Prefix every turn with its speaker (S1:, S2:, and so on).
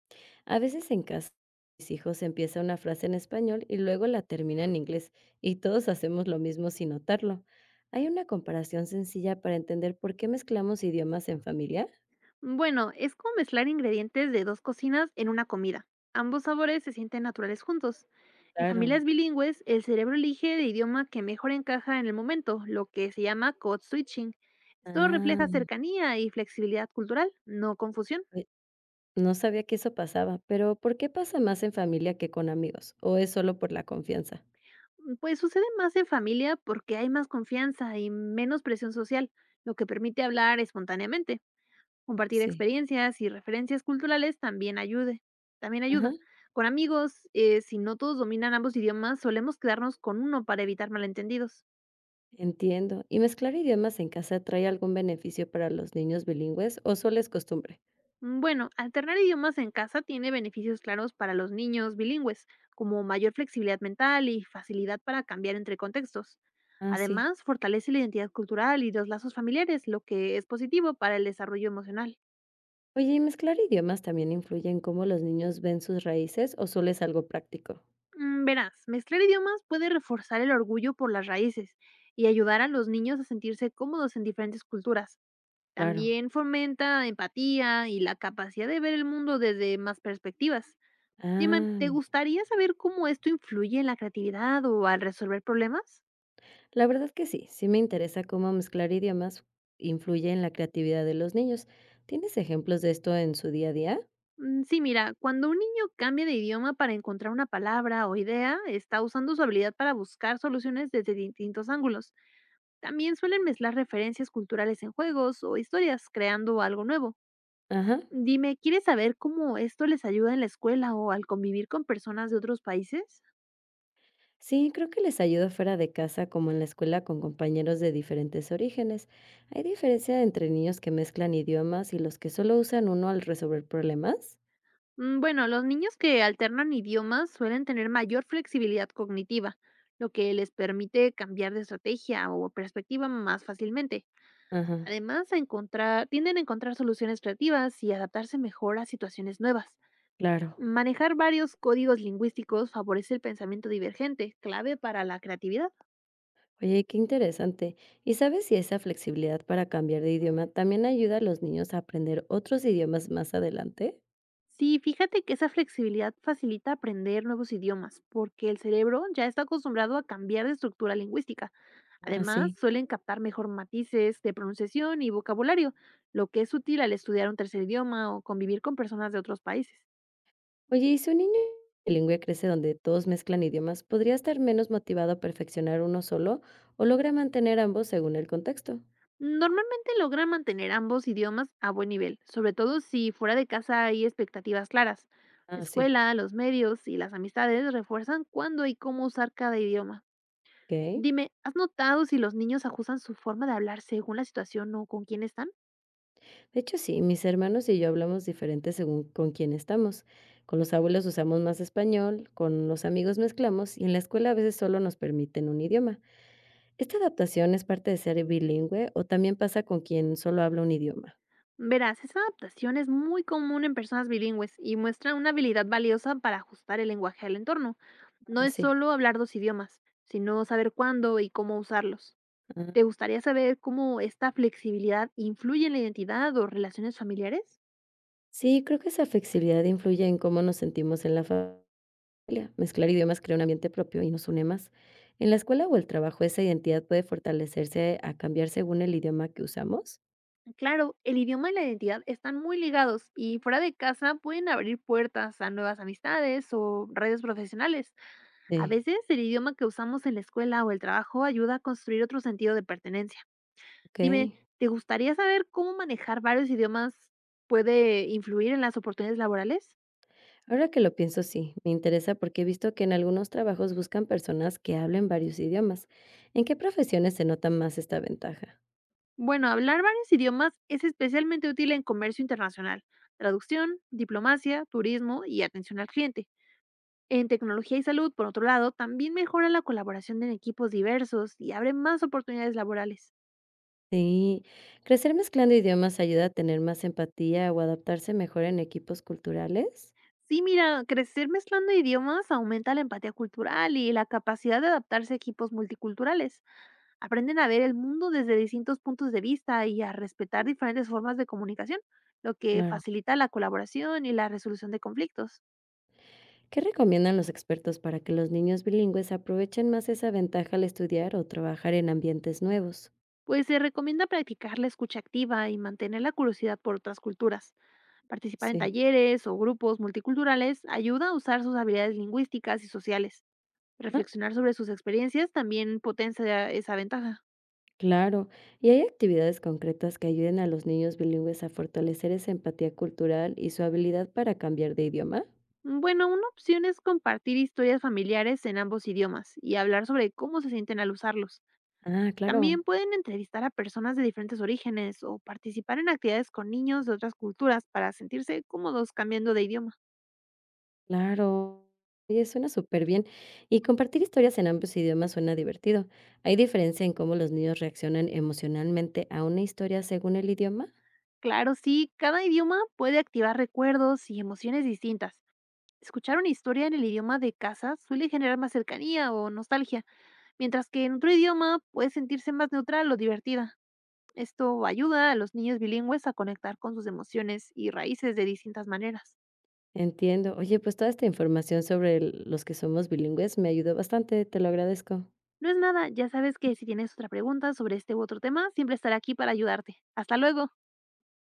S1: A veces en casa, mis hijos empiezan una frase en español y luego la terminan en inglés, y todos hacemos lo mismo sin notarlo. ¿Hay una comparación sencilla para entender por qué mezclamos idiomas en familia?
S2: Bueno, es como mezclar ingredientes de dos cocinas en una comida. Ambos sabores se sienten naturales juntos. En
S1: Claro.
S2: familias bilingües, el cerebro elige el idioma que mejor encaja en el momento, lo que se llama code switching. Esto
S1: Ah,
S2: refleja cercanía y flexibilidad cultural, no confusión.
S1: pues, no sabía que eso pasaba, pero ¿por qué pasa más en familia que con amigos? ¿O es solo por la confianza?
S2: Pues sucede más en familia porque hay más confianza y menos presión social, lo que permite hablar espontáneamente. Compartir
S1: Sí.
S2: experiencias y referencias culturales también
S1: Ajá,
S2: ayuda. Con amigos, si no todos dominan ambos idiomas, solemos quedarnos con uno para evitar malentendidos.
S1: entiendo. ¿Y mezclar idiomas en casa trae algún beneficio para los niños bilingües o solo es costumbre?
S2: Bueno, alternar idiomas en casa tiene beneficios claros para los niños bilingües, como mayor flexibilidad mental y facilidad para cambiar entre contextos.
S1: Ah, sí.
S2: Además, fortalece la identidad cultural y los lazos familiares, lo que es positivo para el desarrollo emocional.
S1: Oye, ¿y mezclar idiomas también influye en cómo los niños ven sus raíces o solo es algo práctico?
S2: Verás, mezclar idiomas puede reforzar el orgullo por las raíces y ayudar a los niños a sentirse cómodos en diferentes culturas.
S1: Claro.
S2: También fomenta empatía y la capacidad de ver el mundo desde más perspectivas. Dime, ¿te
S1: Ah,
S2: gustaría saber cómo esto influye en la creatividad o al resolver problemas?
S1: la verdad que sí, sí me interesa cómo mezclar idiomas influye en la creatividad de los niños. ¿Tienes ejemplos de esto en su día a día?
S2: Sí, mira, cuando un niño cambia de idioma para encontrar una palabra o idea, está usando su habilidad para buscar soluciones desde distintos ángulos. También suelen mezclar referencias culturales en juegos o historias, creando algo nuevo.
S1: Ajá.
S2: Dime, ¿quieres saber cómo esto les ayuda en la escuela o al convivir con personas de otros países?
S1: Sí, creo que les ayuda fuera de casa como en la escuela con compañeros de diferentes orígenes. ¿Hay diferencia entre niños que mezclan idiomas y los que solo usan uno al resolver problemas?
S2: Bueno, los niños que alternan idiomas suelen tener mayor flexibilidad cognitiva, lo que les permite cambiar de estrategia o perspectiva más fácilmente.
S1: Ajá,
S2: Además, tienden a encontrar soluciones creativas y adaptarse mejor a situaciones nuevas.
S1: claro.
S2: Manejar varios códigos lingüísticos favorece el pensamiento divergente, clave para la creatividad.
S1: Oye, qué interesante. ¿Y sabes si esa flexibilidad para cambiar de idioma también ayuda a los niños a aprender otros idiomas más adelante?
S2: Sí, fíjate que esa flexibilidad facilita aprender nuevos idiomas, porque el cerebro ya está acostumbrado a cambiar de estructura lingüística.
S1: Ah,
S2: Además,
S1: sí.
S2: suelen captar mejor matices de pronunciación y vocabulario, lo que es útil al estudiar un tercer idioma o convivir con personas de otros países.
S1: Oye, ¿y si un niño bilingüe crece donde todos mezclan idiomas, podría estar menos motivado a perfeccionar uno solo o logra mantener ambos según el contexto?
S2: Normalmente logran mantener ambos idiomas a buen nivel, sobre todo si fuera de casa hay expectativas claras. La
S1: Ah, sí.
S2: escuela, los medios y las amistades refuerzan cuándo y cómo usar cada idioma.
S1: Ok.
S2: Dime, ¿has notado si los niños ajustan su forma de hablar según la situación o con quién están?
S1: De hecho, sí, mis hermanos y yo hablamos diferente según con quién estamos. Con los abuelos usamos más español, con los amigos mezclamos y en la escuela a veces solo nos permiten un idioma. ¿Esta adaptación es parte de ser bilingüe o también pasa con quien solo habla un idioma?
S2: Verás, esa adaptación es muy común en personas bilingües y muestra una habilidad valiosa para ajustar el lenguaje al entorno. No
S1: Ah,
S2: es
S1: sí.
S2: solo hablar dos idiomas, sino saber cuándo y cómo usarlos.
S1: Ah,
S2: ¿Te gustaría saber cómo esta flexibilidad influye en la identidad o relaciones familiares?
S1: sí, creo que esa flexibilidad influye en cómo nos sentimos en la familia. Mezclar idiomas crea un ambiente propio y nos une más. En la escuela o el trabajo, esa identidad puede fortalecerse a cambiar según el idioma que usamos.
S2: Claro, el idioma y la identidad están muy ligados y fuera de casa pueden abrir puertas a nuevas amistades o redes profesionales. A
S1: Sí.
S2: veces el idioma que usamos en la escuela o el trabajo ayuda a construir otro sentido de pertenencia.
S1: Ok.
S2: Dime, ¿te gustaría saber cómo manejar varios idiomas puede influir en las oportunidades laborales?
S1: Ahora que lo pienso, sí, me interesa porque he visto que en algunos trabajos buscan personas que hablen varios idiomas. ¿En qué profesiones se nota más esta ventaja?
S2: Bueno, hablar varios idiomas es especialmente útil en comercio internacional, traducción, diplomacia, turismo y atención al cliente. En tecnología y salud, por otro lado, también mejora la colaboración en equipos diversos y abre más oportunidades laborales.
S1: Sí, ¿crecer mezclando idiomas ayuda a tener más empatía o adaptarse mejor en equipos culturales?
S2: Sí, mira, crecer mezclando idiomas aumenta la empatía cultural y la capacidad de adaptarse a equipos multiculturales. Aprenden a ver el mundo desde distintos puntos de vista y a respetar diferentes formas de comunicación, lo que
S1: Claro.
S2: facilita la colaboración y la resolución de conflictos.
S1: ¿Qué recomiendan los expertos para que los niños bilingües aprovechen más esa ventaja al estudiar o trabajar en ambientes nuevos?
S2: Pues se recomienda practicar la escucha activa y mantener la curiosidad por otras culturas. Participar en
S1: Sí.
S2: talleres o grupos multiculturales ayuda a usar sus habilidades lingüísticas y sociales.
S1: Ah,
S2: Reflexionar sobre sus experiencias también potencia esa ventaja.
S1: claro, ¿y hay actividades concretas que ayuden a los niños bilingües a fortalecer esa empatía cultural y su habilidad para cambiar de idioma?
S2: Bueno, una opción es compartir historias familiares en ambos idiomas y hablar sobre cómo se sienten al usarlos.
S1: Ah, claro.
S2: También pueden entrevistar a personas de diferentes orígenes o participar en actividades con niños de otras culturas para sentirse cómodos cambiando de idioma.
S1: Claro. Oye, suena súper bien. Y compartir historias en ambos idiomas suena divertido. ¿Hay diferencia en cómo los niños reaccionan emocionalmente a una historia según el idioma?
S2: Claro, sí, cada idioma puede activar recuerdos y emociones distintas. Escuchar una historia en el idioma de casa suele generar más cercanía o nostalgia, mientras que en otro idioma puede sentirse más neutral o divertida. Esto ayuda a los niños bilingües a conectar con sus emociones y raíces de distintas maneras.
S1: Entiendo. Oye, pues toda esta información sobre los que somos bilingües me ayudó bastante, te lo agradezco.
S2: No es nada, ya sabes que si tienes otra pregunta sobre este u otro tema, siempre estaré aquí para ayudarte. Hasta luego.